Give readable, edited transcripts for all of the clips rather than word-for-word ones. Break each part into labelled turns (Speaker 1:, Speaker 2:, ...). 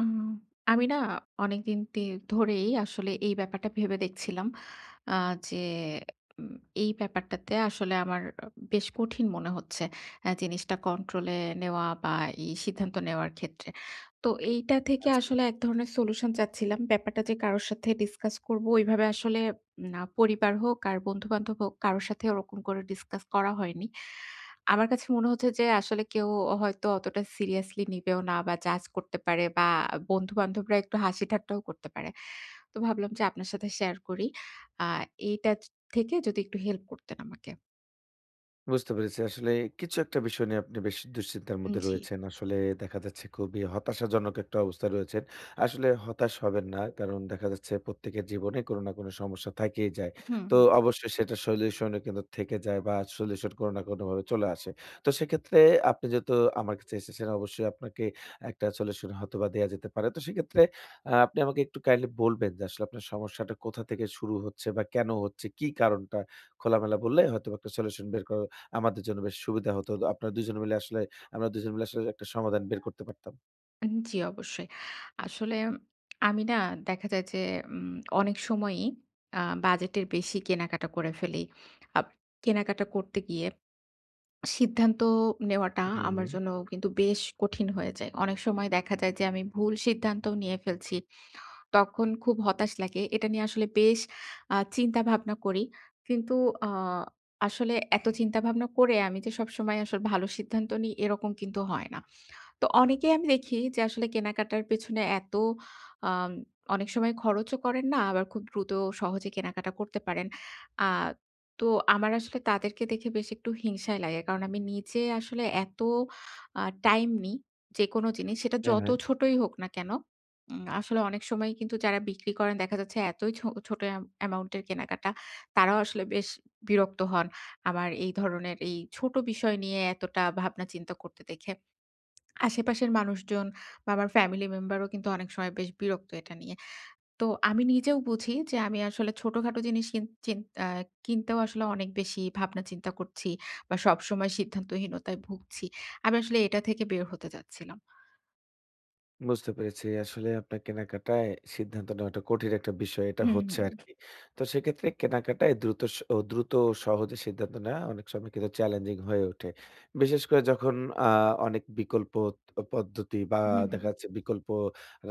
Speaker 1: উম আমি না অনেকদিন ধরেই আসলে এই ব্যাপারটা ভেবে দেখছিলাম। আ যে উম এই ব্যাপারটাতে আসলে আমার বেশ কঠিন মনে হচ্ছে। জিনিসটা কন্ট্রোলে নেওয়া বা এই সিদ্ধান্ত নেওয়ার ক্ষেত্রে। তো এইটা থেকে
Speaker 2: আচ্ছা।
Speaker 1: আসলে এক ধরনের সলিউশন চাচ্ছিলাম। ব্যাপারটা যে কারো সাথে ডিসকাস করব ওইভাবে আসলে না, পরিবার হোক আর বন্ধু-বান্ধব হোক, কারো সাথে ওরকম করে ডিসকাস করা হয়নি। আমার কাছে মনে হচ্ছে যে আসলে কেউ হয়তো অতটা সিরিয়াসলি নিবেও না বা জাজ করতে পারে, বা বন্ধু-বান্ধবরা একটু হাসি-ঠাট্টাও করতে পারে। তো ভাবলাম যে আপনার সাথে শেয়ার করি। আ এইটা থেকে যদি একটু হেল্প করতেন আমাকে।
Speaker 2: বুঝতে পেরেছি। আসলে কিছু একটা বিষয় নিয়ে আপনি বেশ দুশ্চিন্তার মধ্যে
Speaker 1: জি,
Speaker 2: রয়েছেন। আসলে দেখা যাচ্ছে খুবই হতাশাজনক একটা অবস্থায় রয়েছেন। আসলে হতাশ হবেন না। কারণ দেখা যাচ্ছে প্রত্যেকের জীবনে কোনো না কোনো সমস্যা থাকেই যায়।
Speaker 1: হুম।
Speaker 2: তো অবশ্যই সেটা সলিউশন ও কিন্তু থেকে যায় বা সলিউশন কোনো না কোনোভাবে চলে আসে। তো সেক্ষেত্রে আপনি যেহেতু আমার কাছে এসেছেন অবশ্যই আপনাকে একটা সলিউশন হয়তোবা দেয়া যেতে পারে। তো সেক্ষেত্রে আপনি আমাকে একটু কাইন্ডলি বলবেন যে আসলে আপনার সমস্যাটা কোথা থেকে শুরু হচ্ছে বা কেন হচ্ছে? কি কারণটা খোলামেলা বললে হয়তোবা একটা সলিউশন বের করা আমাদের জন্য বেশ সুবিধা হতো। আপনারা ২ জন মিলে আসলে আমরা ২ জন মিলে আসলে একটা সমাধান বের করতে পারতাম।
Speaker 1: জি, অবশ্যই। আসলে আমি না, দেখা যায় যে অনেক সময়ই আ বাজেটের বেশি কেনাকাটা করে ফেলি। আব কেনাকাটা করতে গিয়ে সিদ্ধান্ত নেওয়াটা
Speaker 2: হুম,
Speaker 1: আমার
Speaker 2: হুম।
Speaker 1: জন্য কিন্তু বেশ কঠিন হয়ে যায়। অনেক সময় দেখা যায় যে আমি ভুল সিদ্ধান্তও নিয়ে ফেলছি। তখন খুব হতাশ লাগে। এটা নিয়ে আসলে বেশ চিন্তা-ভাবনা করি। কিন্তু আ আসলে এত চিন্তা-ভাবনা করে আমি যে সবসময় আসলে ভালো সিদ্ধান্ত নিই এরকম কিন্তু হয় না। তো অনেকেই আমি দেখি যে আসলে কেনাকাটার পেছনে এত আম অনেক সময় খরচও করেন না, আবার খুব দ্রুত সহজে কেনাকাটা করতে পারেন। আ তো আমার আসলে তাদেরকে দেখে বেশ একটু হিংসাই লাগে। কারণ আমি নিজে আসলে এত টাইম নিই, যেকোনো জিনিস সেটা
Speaker 2: হ্যাঁ,
Speaker 1: যত
Speaker 2: হ্যাঁ।
Speaker 1: ছোটই হোক না কেন, আসলে অনেক সময় কিন্তু যারা বিক্রি করেন, দেখা যাচ্ছে এতই ছোট অ্যামাউন্টের কেনাকাটা, তারাও আসলে বেশ বিরক্ত হন। আমার এই ধরনের এই ছোট বিষয় নিয়ে এতটা ভাবনা চিন্তা করতে দেখে। আশেপাশের মানুষজন বা আমার ফ্যামিলি মেম্বারও কিন্তু অনেক সময় বেশ বিরক্ত এটা নিয়ে। তো আমি নিজেও বুঝি যে আমি আসলে ছোটখাটো জিনিস কিন চিন আ কিনতেও আসলে অনেক বেশি ভাবনা চিন্তা করছি বা সবসময় সিদ্ধান্তহীনতায় ভুগছি। আমি আসলে এটা থেকে বের হতে চাচ্ছিলাম।
Speaker 2: বুঝতে পেরেছি। আসলে আপনার কেনাকাটায় সিদ্ধান্ত নেওয়াটা কঠিন একটা বিষয়। এটা
Speaker 1: হুম,
Speaker 2: হচ্ছে
Speaker 1: হুম,
Speaker 2: আরকি। তো সেক্ষেত্রে কেনাকাটায় দ্রুত ও সহজে সিদ্ধান্ত নেওয়া অনেক সময় কিন্তু চ্যালেঞ্জিং হয়ে ওঠে। বিশেষ করে যখন আ অনেক বিকল্প ত পদ্ধতি বা
Speaker 1: হুম, হুম।
Speaker 2: দেখা যাচ্ছে বিকল্প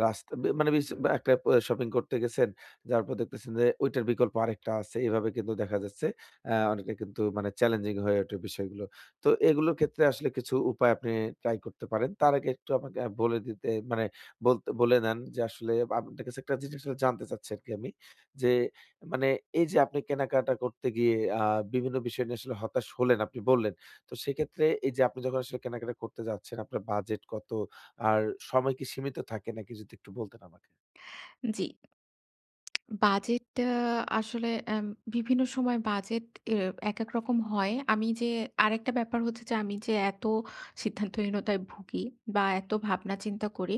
Speaker 2: রাস্তা বি মানে বিস একটা শপিং করতে গেছেন, যাওয়ার পর দেখতেছেন যে ওইটার বিকল্প আরেকটা আছে। এভাবে কিন্তু দেখা যাচ্ছে অনেকটা কিন্তু মানে চ্যালেঞ্জিং হয়ে ওঠে বিষয়গুলো। তো এগুলোর ক্ষেত্রে আসলে কিছু উপায় আপনি ট্রাই করতে পারেন। তার আগে একটু আমাকে বলে দিতে মানে বলতে বলে নেন যে আসলে আপনার কাছে একটা জিনিস আসলে জানতে চাচ্ছি আরকি আমি। যে মানে এই যে আপনি কেনাকাটা করতে গিয়ে বিভিন্ন বিষয় নিয়ে আসলে হতাশ হলেন আপনি বললেন। তো সেক্ষেত্রে এই যে আপনি যখন আসলে কেনাকাটা করতে যাচ্ছেন আপনার বাজেট কত? আর সময় কি সীমিত থাকে নাকি যদি একটু বলতেন আমাকে?
Speaker 1: জি। বাজেট আসলে এম বিভিন্ন সময় বাজেট এ একেক রকম হয়। আমি যে আরেকটা ব্যাপার হচ্ছে যে আমি যে এত সিদ্ধান্তহীনতায় ভুগি বা এত ভাবনা চিন্তা করি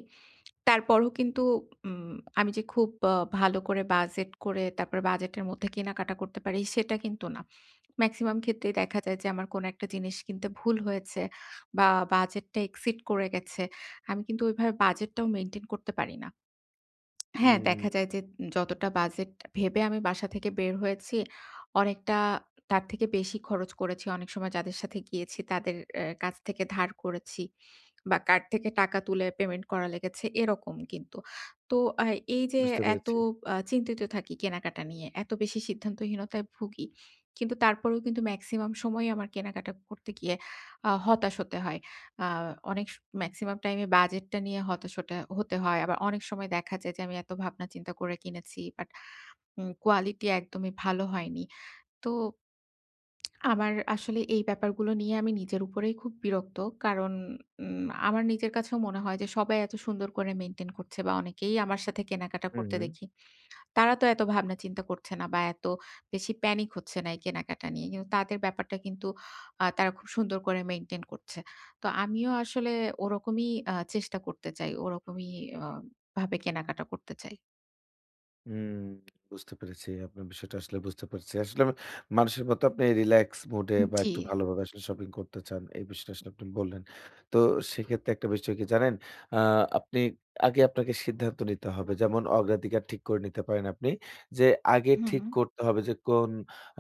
Speaker 1: তারপরও কিন্তু উম আমি যে খুব ভালো করে বাজেট করে তারপরে বাজেটের মধ্যে কেনাকাটা করতে পারি সেটা কিন্তু না। মেক্সিমাম ক্ষেত্রেই দেখা যায় যে আমার কোনো একটা জিনিস কিনতে ভুল হয়েছে বা বাজেটটা exceed করে গেছে। আমি কিন্তু ওইভাবে বাজেটটাও মেইনটেইন করতে পারি না। হ্যাঁ,
Speaker 2: হুম,
Speaker 1: দেখা যায় যে যতটা বাজেট ভেবে আমি বাসা থেকে বের হয়েছি, অনেকটা তার থেকে বেশি খরচ করেছি। অনেক সময় যাদের সাথে গিয়েছি তাদের কাছ থেকে ধার করেছি বা কার্ড থেকে টাকা তুলে পেমেন্ট করা লেগেছে এরকম কিন্তু। তো আ এই যে
Speaker 2: বুঝতে
Speaker 1: এত
Speaker 2: পেরেছি।
Speaker 1: চিন্তিত থাকি কেনাকাটা নিয়ে, এত বেশি সিদ্ধান্তহীনতায় ভুগি। কিন্তু তারপরেও কিন্তু মেক্সিমাম সময়ই আমার কেনাকাটা করতে গিয়ে হতাশ হতে হয়। আ অনেক মেক্সিমাম টাইমে বাজেটটা নিয়ে হতাশটা হতে হতে হয়। আবার অনেক সময় দেখা যায় যে আমি এত ভাবনা চিন্তা করে কিনেছি, বাট কোয়ালিটি একদমই ভালো হয়নি। তো আমার আসলে এই ব্যাপারগুলো নিয়ে আমি নিজের উপরেই খুব বিরক্ত। কারণ আমার নিজের কাছেও মনে হয় যে সবাই এত সুন্দর করে মেইনটেইন করছে, বা অনেকেই আমার সাথে কেনাকাটা
Speaker 2: হু,
Speaker 1: করতে
Speaker 2: হু।
Speaker 1: দেখি। তারা তো এত ভাবনা চিন্তা করছে না বা এত বেশি প্যানিক হচ্ছে না এই কেনাকাটা নিয়ে। কিন্তু তাদের ব্যাপারটা কিন্তু তারা খুব সুন্দর করে মেইনটেইন করছে। তো আমিও আসলে ওরকমই চেষ্টা করতে চাই। ওরকমই আ ভাবে কেনাকাটা করতে চাই।
Speaker 2: হুম, বুঝতে পেরেছি। আপনার বিষয়টা আসলে বুঝতে পেরেছি। আসলে আমি মানুষের মতো আপনি রিল্যাক্স মুড এ বা
Speaker 1: জি।
Speaker 2: একটু ভালোভাবে আসলে শপিং করতে চান। এই বিষয়টা আসলে আপনি বললেন। তো সেক্ষেত্রে একটা বিষয় কি জানেন? আ আপনি আগে আপনাকে সিদ্ধান্ত নিতে হবে। যেমন অগ্রাধিকার ঠিক করে নিতে পারেন আপনি। যে আগে
Speaker 1: হুম,
Speaker 2: ঠিক
Speaker 1: হুম,
Speaker 2: করতে হবে যে কোন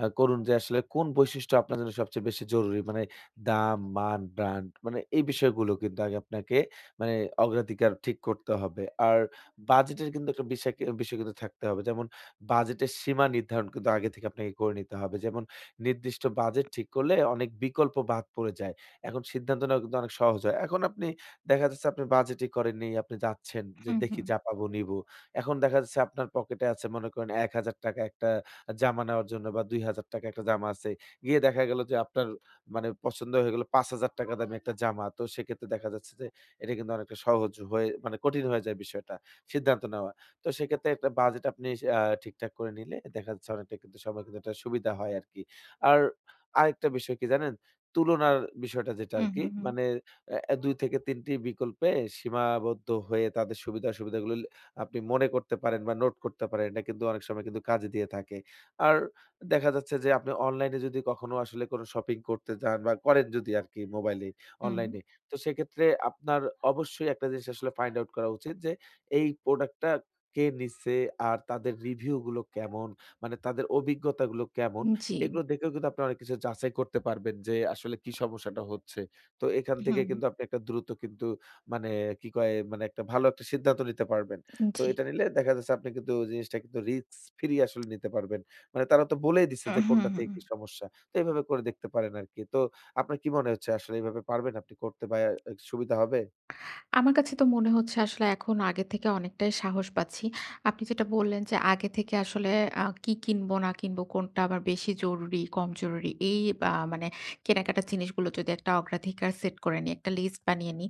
Speaker 2: আ করুন যে আসলে কোন বৈশিষ্ট্য আপনার জন্য সবচেয়ে বেশি জরুরি। মানে দাম, মান, ব্র্যান্ড মানে এই বিষয়গুলো কিন্তু আগে আপনাকে মানে অগ্রাধিকার ঠিক করতে হবে। আর বাজেটের কিন্তু একটা বিষয় কি বিষয় কিন্তু থাকতে হবে। যেমন বাজেটের সীমা নির্ধারণ কিন্তু আগে থেকে আপনাকে করে নিতে হবে। যেমন নির্দিষ্ট বাজেট ঠিক করলে অনেক বিকল্প বাদ পড়ে যায়। এখন সিদ্ধান্ত নেওয়া কিন্তু অনেক সহজ হয়। এখন আপনি দেখা যাচ্ছে আপনি বাজেটই করেননি, আপনি যাচ্ছেন যে দেখি
Speaker 1: হুম,
Speaker 2: যা পাবো নিবো। এখন দেখা যাচ্ছে আপনার পকেটে আছে মনে করেন ৳১,000 একটা জামা নেওয়ার জন্য বা ৳২,000 একটা জামা আছে। গিয়ে দেখা গেল যে আপনার মানে পছন্দ হয়ে গেল ৳৫,000 দামি একটা জামা। তো সেক্ষেত্রে দেখা যাচ্ছে যে এটা কিন্তু অনেকটা সহজ হয়ে মানে কঠিন হয়ে যায় বিষয়টা। সিদ্ধান্ত নেওয়া। তো সেক্ষেত্রে একটা বাজেট আপনি ঠিকঠাক করে নিলে দেখা যাচ্ছে অনেকটা কিন্তু সময় কিন্তু একটা সুবিধা হয় আরকি। আর আরেকটা বিষয় কি জানেন? তুলনার বিষয়টা যেটা
Speaker 1: হুম,
Speaker 2: আরকি
Speaker 1: হুম, হুম,
Speaker 2: মানে ২ থেকে ৩ টি বিকল্পে সীমাবদ্ধ হয়ে তাদের সুবিধা-অসুবিধাগুলো আপনি মনে করতে পারেন বা নোট করতে পারেন। এটা কিন্তু অনেক সময় কিন্তু কাজে দিয়ে থাকে। আর দেখা যাচ্ছে যে আপনি অনলাইনে যদি কখনো আসলে কোনো শপিং করতে যান বা করেন যদি আরকি মোবাইলে,
Speaker 1: হুম।
Speaker 2: অনলাইনে। তো সেক্ষেত্রে আপনার অবশ্যই একটা জিনিস আসলে ফাইন্ড আউট করা উচিত যে এই প্রোডাক্টটা কে নিচ্ছে? আর তাদের রিভিউ গুলো কেমন? মানে তাদের অভিজ্ঞতাগুলো কেমন?
Speaker 1: জি,
Speaker 2: এগুলো দেখেও কিন্তু আপনি অনেক কিছু যাচাই করতে পারবেন যে আসলে কি সমস্যাটা হচ্ছে। তো এখান
Speaker 1: হুম,
Speaker 2: থেকে
Speaker 1: হুম,
Speaker 2: কিন্তু আপনি একটা দ্রুত কিন্তু মানে কি কয়? মানে একটা ভালো একটা সিদ্ধান্ত নিতে পারবেন। তো
Speaker 1: জি,
Speaker 2: এটা নিলে দেখা যাচ্ছে আপনি কিন্তু জিনিসটা কিন্তু রিস্ক ফ্রি আসলে নিতে পারবেন। মানে তারা তো বলেই দিচ্ছে যে
Speaker 1: হুম,
Speaker 2: কোনটা
Speaker 1: হুম।
Speaker 2: থেকে কি সমস্যা। তো এভাবে করে দেখতে পারেন আরকি। তো আপনার কি মনে হচ্ছে আসলে এভাবে পারবেন আপনি করতে বা সুবিধা হবে?
Speaker 1: আমার কাছে তো মনে হচ্ছে আসলে এখন আগের থেকে অনেকটাই সাহস পাচ্ছি। আপনি যেটা বললেন যে আগে থেকে আসলে কি কিনবো না কিনবো, কোনটা আমার বেশি জরুরি, কম জরুরি, এই মানে কেনাকাটার জিনিসগুলো যদি একটা অগ্রাধিকার সেট করে নিই, একটা লিস্ট বানিয়ে নিই।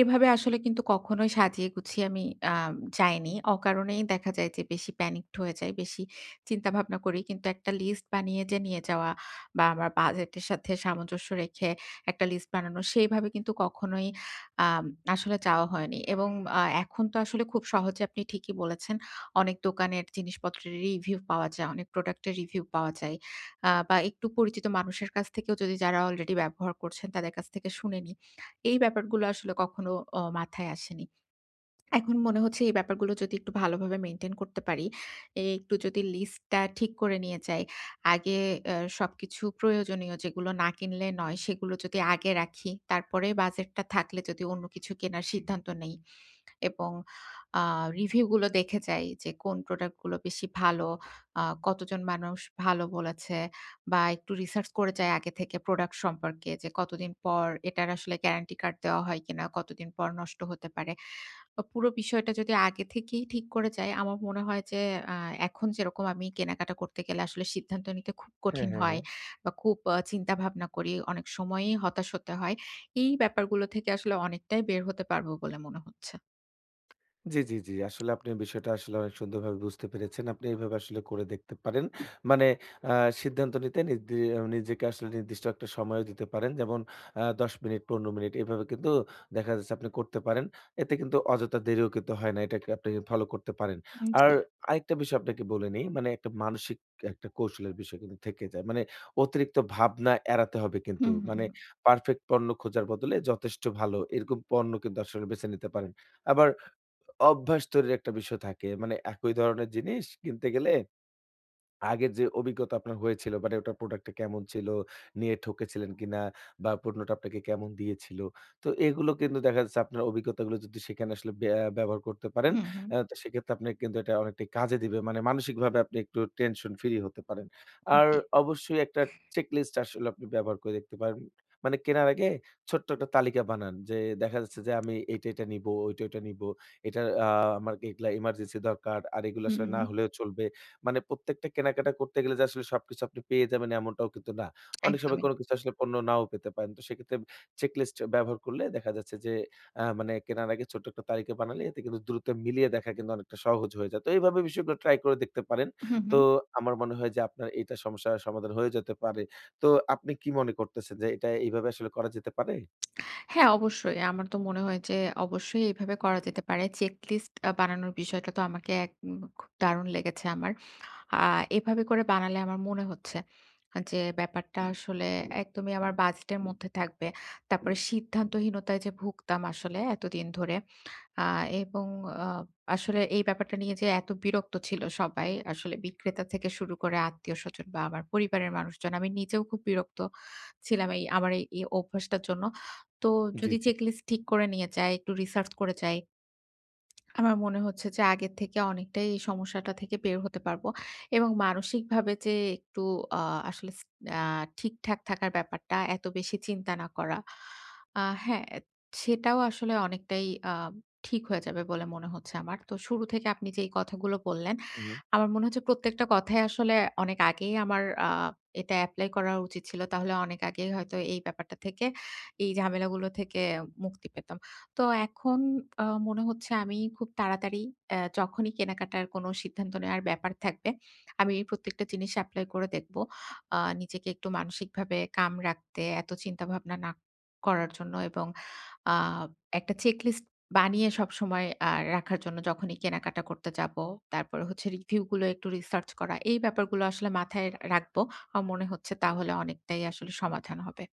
Speaker 1: এভাবে আসলে কিন্তু কখনোই সাজিয়ে গুছিয়ে আমি আ যাইনি। অকারণেই দেখা যায় যে বেশি প্যানিকড হয়ে যাই, বেশি চিন্তাভাবনা করি। কিন্তু একটা লিস্ট বানিয়ে যে নিয়ে যাওয়া বা আমার বাজেটের সাথে সামঞ্জস্য রেখে একটা লিস্ট বানানো, সেইভাবে কিন্তু কখনোই আম আসলে চাওয়া হয়নি। এবং এখন তো আসলে খুব সহজে, আপনি ঠিকই বলেছেন। অনেক দোকানের জিনিসপত্রের রিভিউ পাওয়া যায়, অনেক প্রোডাক্টের রিভিউ পাওয়া যায়। বা একটু পরিচিত মানুষের কাছ থেকেও, যদি যারা অলরেডি ব্যবহার করছেন তাদের কাছ থেকে শুনে নিই। এই ব্যাপারগুলো আসলে কখনো মাথায় আসেনি। এখন মনে হচ্ছে এই ব্যাপারগুলো যদি একটু ভালোভাবে মেইনটেইন করতে পারি, একটু যদি লিস্টটা ঠিক করে নিয়ে যাই, আগে সবকিছু প্রয়োজনীয় যেগুলো না কিনলে নয় সেগুলো যদি আগে রাখি, তারপরে বাজেটটা থাকলে যদি অন্য কিছু কেনার সিদ্ধান্ত নেই, এবং আ রিভিউ গুলো দেখে যাই যে কোন প্রোডাক্ট গুলো বেশি ভালো, কতজন মানুষ ভালো বলেছে, বা একটু রিসার্চ করে যাই আগে থেকে প্রোডাক্ট সম্পর্কে, যে কতদিন পর এটার আসলে গ্যারান্টি কার্ড দেওয়া হয় কিনা, কতদিন পর নষ্ট হতে পারে। পুরো বিষয়টা যদি আগে থেকেই ঠিক করে যাই, আমার মনে হয় যে আ এখন যেরকম আমি কেনাকাটা করতে গেলে আসলে সিদ্ধান্ত নিতে খুব
Speaker 2: হ্যাঁ,
Speaker 1: কঠিন
Speaker 2: হ্যাঁ,
Speaker 1: হয়
Speaker 2: হ্যাঁ।
Speaker 1: বা খুব চিন্তাভাবনা করি, অনেক সময়ই হতাশ হতে হয়, এই ব্যাপারগুলো থেকে আসলে অনেকটাই বের হতে পারবো বলে মনে হচ্ছে।
Speaker 2: জি, জি, জি। আসলে আপনি বিষয়টা আসলে অনেক সুন্দরভাবে বুঝতে পেরেছেন। আপনি এভাবে আসলে করে দেখতে পারেন। মানে আ সিদ্ধান্ত নিতে নির্দি আহ, নিজেকে আসলে নির্দিষ্ট একটা সময়ও দিতে পারেন। যেমন ১০ মিনিট, ১৫ মিনিট এভাবে কিন্তু দেখা যাচ্ছে আপনি করতে পারেন। এতে কিন্তু অযথা দেরিও কিন্তু হয় না। এটাকে আপনি ফলো করতে পারেন। আর
Speaker 1: জি।
Speaker 2: আরেকটা বিষয় আপনাকে বলে নেই, মানে একটা মানসিক একটা কৌশলের বিষয় কিন্তু থেকে যায়। মানে অতিরিক্ত ভাবনা এড়াতে হবে কিন্তু।
Speaker 1: হুম, হুম,
Speaker 2: মানে
Speaker 1: হুম।
Speaker 2: পারফেক্ট পণ্য খোঁজার বদলে যথেষ্ট ভালো এরকম পণ্য কিন্তু আসলে বেছে নিতে পারেন। আবার অভ্যাস তৈরির একটা বিষয় থাকে। মানে একই ধরনের জিনিস কিনতে গেলে, আগের যে অভিজ্ঞতা আপনার হয়েছিল মানে ওটার প্রোডাক্টটা কেমন ছিল? নিয়ে ঠকেছিলেন কিনা? বা পণ্যটা আপনাকে কেমন দিয়েছিল? তো এগুলো কিন্তু দেখা যাচ্ছে আপনার অভিজ্ঞতাগুলো যদি সেখানে আসলে ব্যবহার করতে পারেন,
Speaker 1: হুম, হুম।
Speaker 2: তো সেক্ষেত্রে আপনাকে কিন্তু এটা অনেকটাই কাজে দিবে। মানে মানসিকভাবে আপনি একটু টেনশন ফ্রি হতে পারেন। আর
Speaker 1: জি।
Speaker 2: অবশ্যই একটা চেকলিস্ট আসলে আপনি ব্যবহার করে দেখতে পারেন। মানে কেনার আগে ছোট্ট একটা তালিকা বানান। যে দেখা যাচ্ছে যে আমি এইটা, এইটা নিবো, ওইটা, ওইটা নিবো। এটা আ আমার এগুলা এমার্জেন্সি দরকার। আর এগুলো
Speaker 1: হুম,
Speaker 2: আসলে না
Speaker 1: হুম,
Speaker 2: হলেও চলবে। মানে প্রত্যেকটা কেনাকাটা করতে গেলে যে আসলে সবকিছু আপনি পেয়ে যাবেন এমনটাও কিন্তু না। অনেক সময়
Speaker 1: একদমই।
Speaker 2: কোনো কিছু আসলে পণ্য নাও পেতে পারেন। তো সেক্ষেত্রে চেকলিস্ট ব্যবহার করলে দেখা যাচ্ছে যে মানে কেনার আগে ছোট্ট একটা তালিকা বানালে এতে কিন্তু দ্রুত মিলিয়ে দেখা কিন্তু অনেকটা সহজ হয়ে যায়। তো এইভাবে বিষয়গুলো ট্রাই করে দেখতে পারেন।
Speaker 1: হুম,
Speaker 2: তো
Speaker 1: হুম।
Speaker 2: আমার মনে হয় যে আপনার এইটা সমস্যার সমাধান হয়ে যেতে পারে। তো আপনি কি মনে করতেছেন যে এটা এইভাবে আসলে করা যেতে পারে?
Speaker 1: হ্যাঁ, অবশ্যই। আমার তো মনে হয় যে অবশ্যই এভাবে করা যেতে পারে। চেক লিস্ট বানানোর বিষয়টা তো আমাকে এক উম খুব দারুণ লেগেছে আমার। আ এভাবে করে বানালে আমার মনে হচ্ছে যে ব্যাপারটা আসলে একদমই আমার বাজেটের মধ্যে থাকবে। তারপরে সিদ্ধান্তহীনতায় যে ভুগতাম আসলে এতদিন ধরে, আ এবং আ আসলে এই ব্যাপারটা নিয়ে যে এত বিরক্ত ছিল সবাই, আসলে বিক্রেতা থেকে শুরু করে আত্মীয়স্বজন বা আমার পরিবারের মানুষজন। আমি নিজেও খুব বিরক্ত ছিলাম এই আমার এই এই অভ্যাসটার জন্য। তো
Speaker 2: জি,
Speaker 1: যদি
Speaker 2: জি।
Speaker 1: চেক লিস্ট ঠিক করে নিয়ে যাই, একটু রিসার্চ করে যাই, আমার মনে হচ্ছে যে আগের থেকে অনেকটাই এই সমস্যাটা থেকে বের হতে পারবো এবং মানসিকভাবে যে একটু আ আসলে স আ ঠিকঠাক থাকার ব্যাপারটা, এত বেশি চিন্তা না করা। হ্যাঁ, সেটাও আসলে অনেকটাই আ ঠিক হয়ে যাবে বলে মনে হচ্ছে আমার। তো শুরু থেকে আপনি যে এই কথাগুলো বললেন,
Speaker 2: হু, হু।
Speaker 1: আমার মনে হচ্ছে প্রত্যেকটা কথাই আসলে অনেক আগেই আমার এটা এপ্লাই করা উচিত ছিল। তাহলে অনেক আগেই হয়তো এই ব্যাপারটা থেকে, এই ঝামেলাগুলো থেকে মুক্তি পেতাম। তো এখন মনে হচ্ছে আমি খুব তাড়াতাড়ি যখনই কেনাকাটার কোনো সিদ্ধান্ত নেওয়ার ব্যাপার থাকবে, আমি প্রত্যেকটা জিনিস এপ্লাই করে দেখব। নিজেকে একটু মানসিকভাবে calm রাখতে, এত চিন্তাভাবনা না করার জন্য, এবং আ একটা চেকলিস্ট বানিয়ে সবসময় রাখার জন্য যখনই কেনাকাটা করতে যাব। তারপরে হচ্ছে রিভিউ গুলো একটু রিসার্চ করা। এই ব্যাপারগুলো আসলে মাথায় রাখবো। আমার মনে হচ্ছে তাহলে অনেকটাই আসলে সমাধান হবে।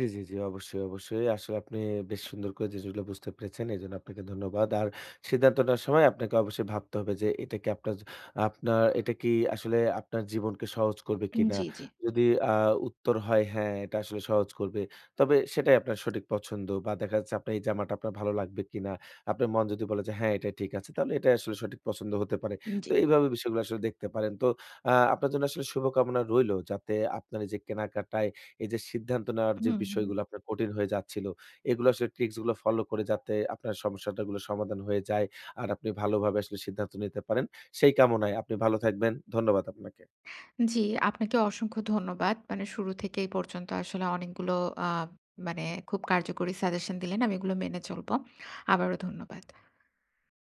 Speaker 2: জি, জি, জি। অবশ্যই, অবশ্যই। আসলে আপনি বেশ সুন্দর করে জিনিসগুলো বুঝতে পেরেছেন। এজন্য আপনাকে ধন্যবাদ। আর সিদ্ধান্ত নেওয়ার সময় আপনাকে অবশ্যই ভাবতে হবে যে এটা কি আপনার জ আপনার এটা কি আসলে আপনার জীবনকে সহজ করবে কিনা?
Speaker 1: জি, জি,
Speaker 2: যদি আ উত্তর হয় হ্যাঁ, এটা আসলে সহজ করবে। তবে সেটাই আপনার সঠিক পছন্দ বা দেখা যাচ্ছে আপনার এই জামাটা আপনার ভালো লাগবে কিনা? আপনার মন যদি বলে যে হ্যাঁ, এটাই ঠিক আছে, তাহলে এটাই আসলে সঠিক পছন্দ হতে পারে। তো
Speaker 1: জি।
Speaker 2: এইভাবে বিষয়গুলো আসলে দেখতে পারেন। তো আপনার জন্য আসলে শুভকামনা রইলো যাতে আপনার এই যে কেনাকাটায় এই যে সিদ্ধান্ত নেওয়ার যে
Speaker 1: হুম, হুম।
Speaker 2: বিষয়গুলো আপনার কঠিন হয়ে যাচ্ছিল, এগুলো আসলে ট্রিকস গুলো ফলো করে যাতে আপনার সমস্যাটা গুলো সমাধান হয়ে যায় আর আপনি ভালোভাবে আসলে সিদ্ধান্ত নিতে পারেন। সেই কামনায় আপনি ভালো থাকবেন। ধন্যবাদ আপনাকে।
Speaker 1: জি, আপনাকে অসংখ্য ধন্যবাদ। মানে শুরু থেকে এই পর্যন্ত আসলে অনেকগুলো আ মানে খুব কার্যকরী সাজেশন দিলেন। আমি এগুলো মেনে চলব। আবারও ধন্যবাদ।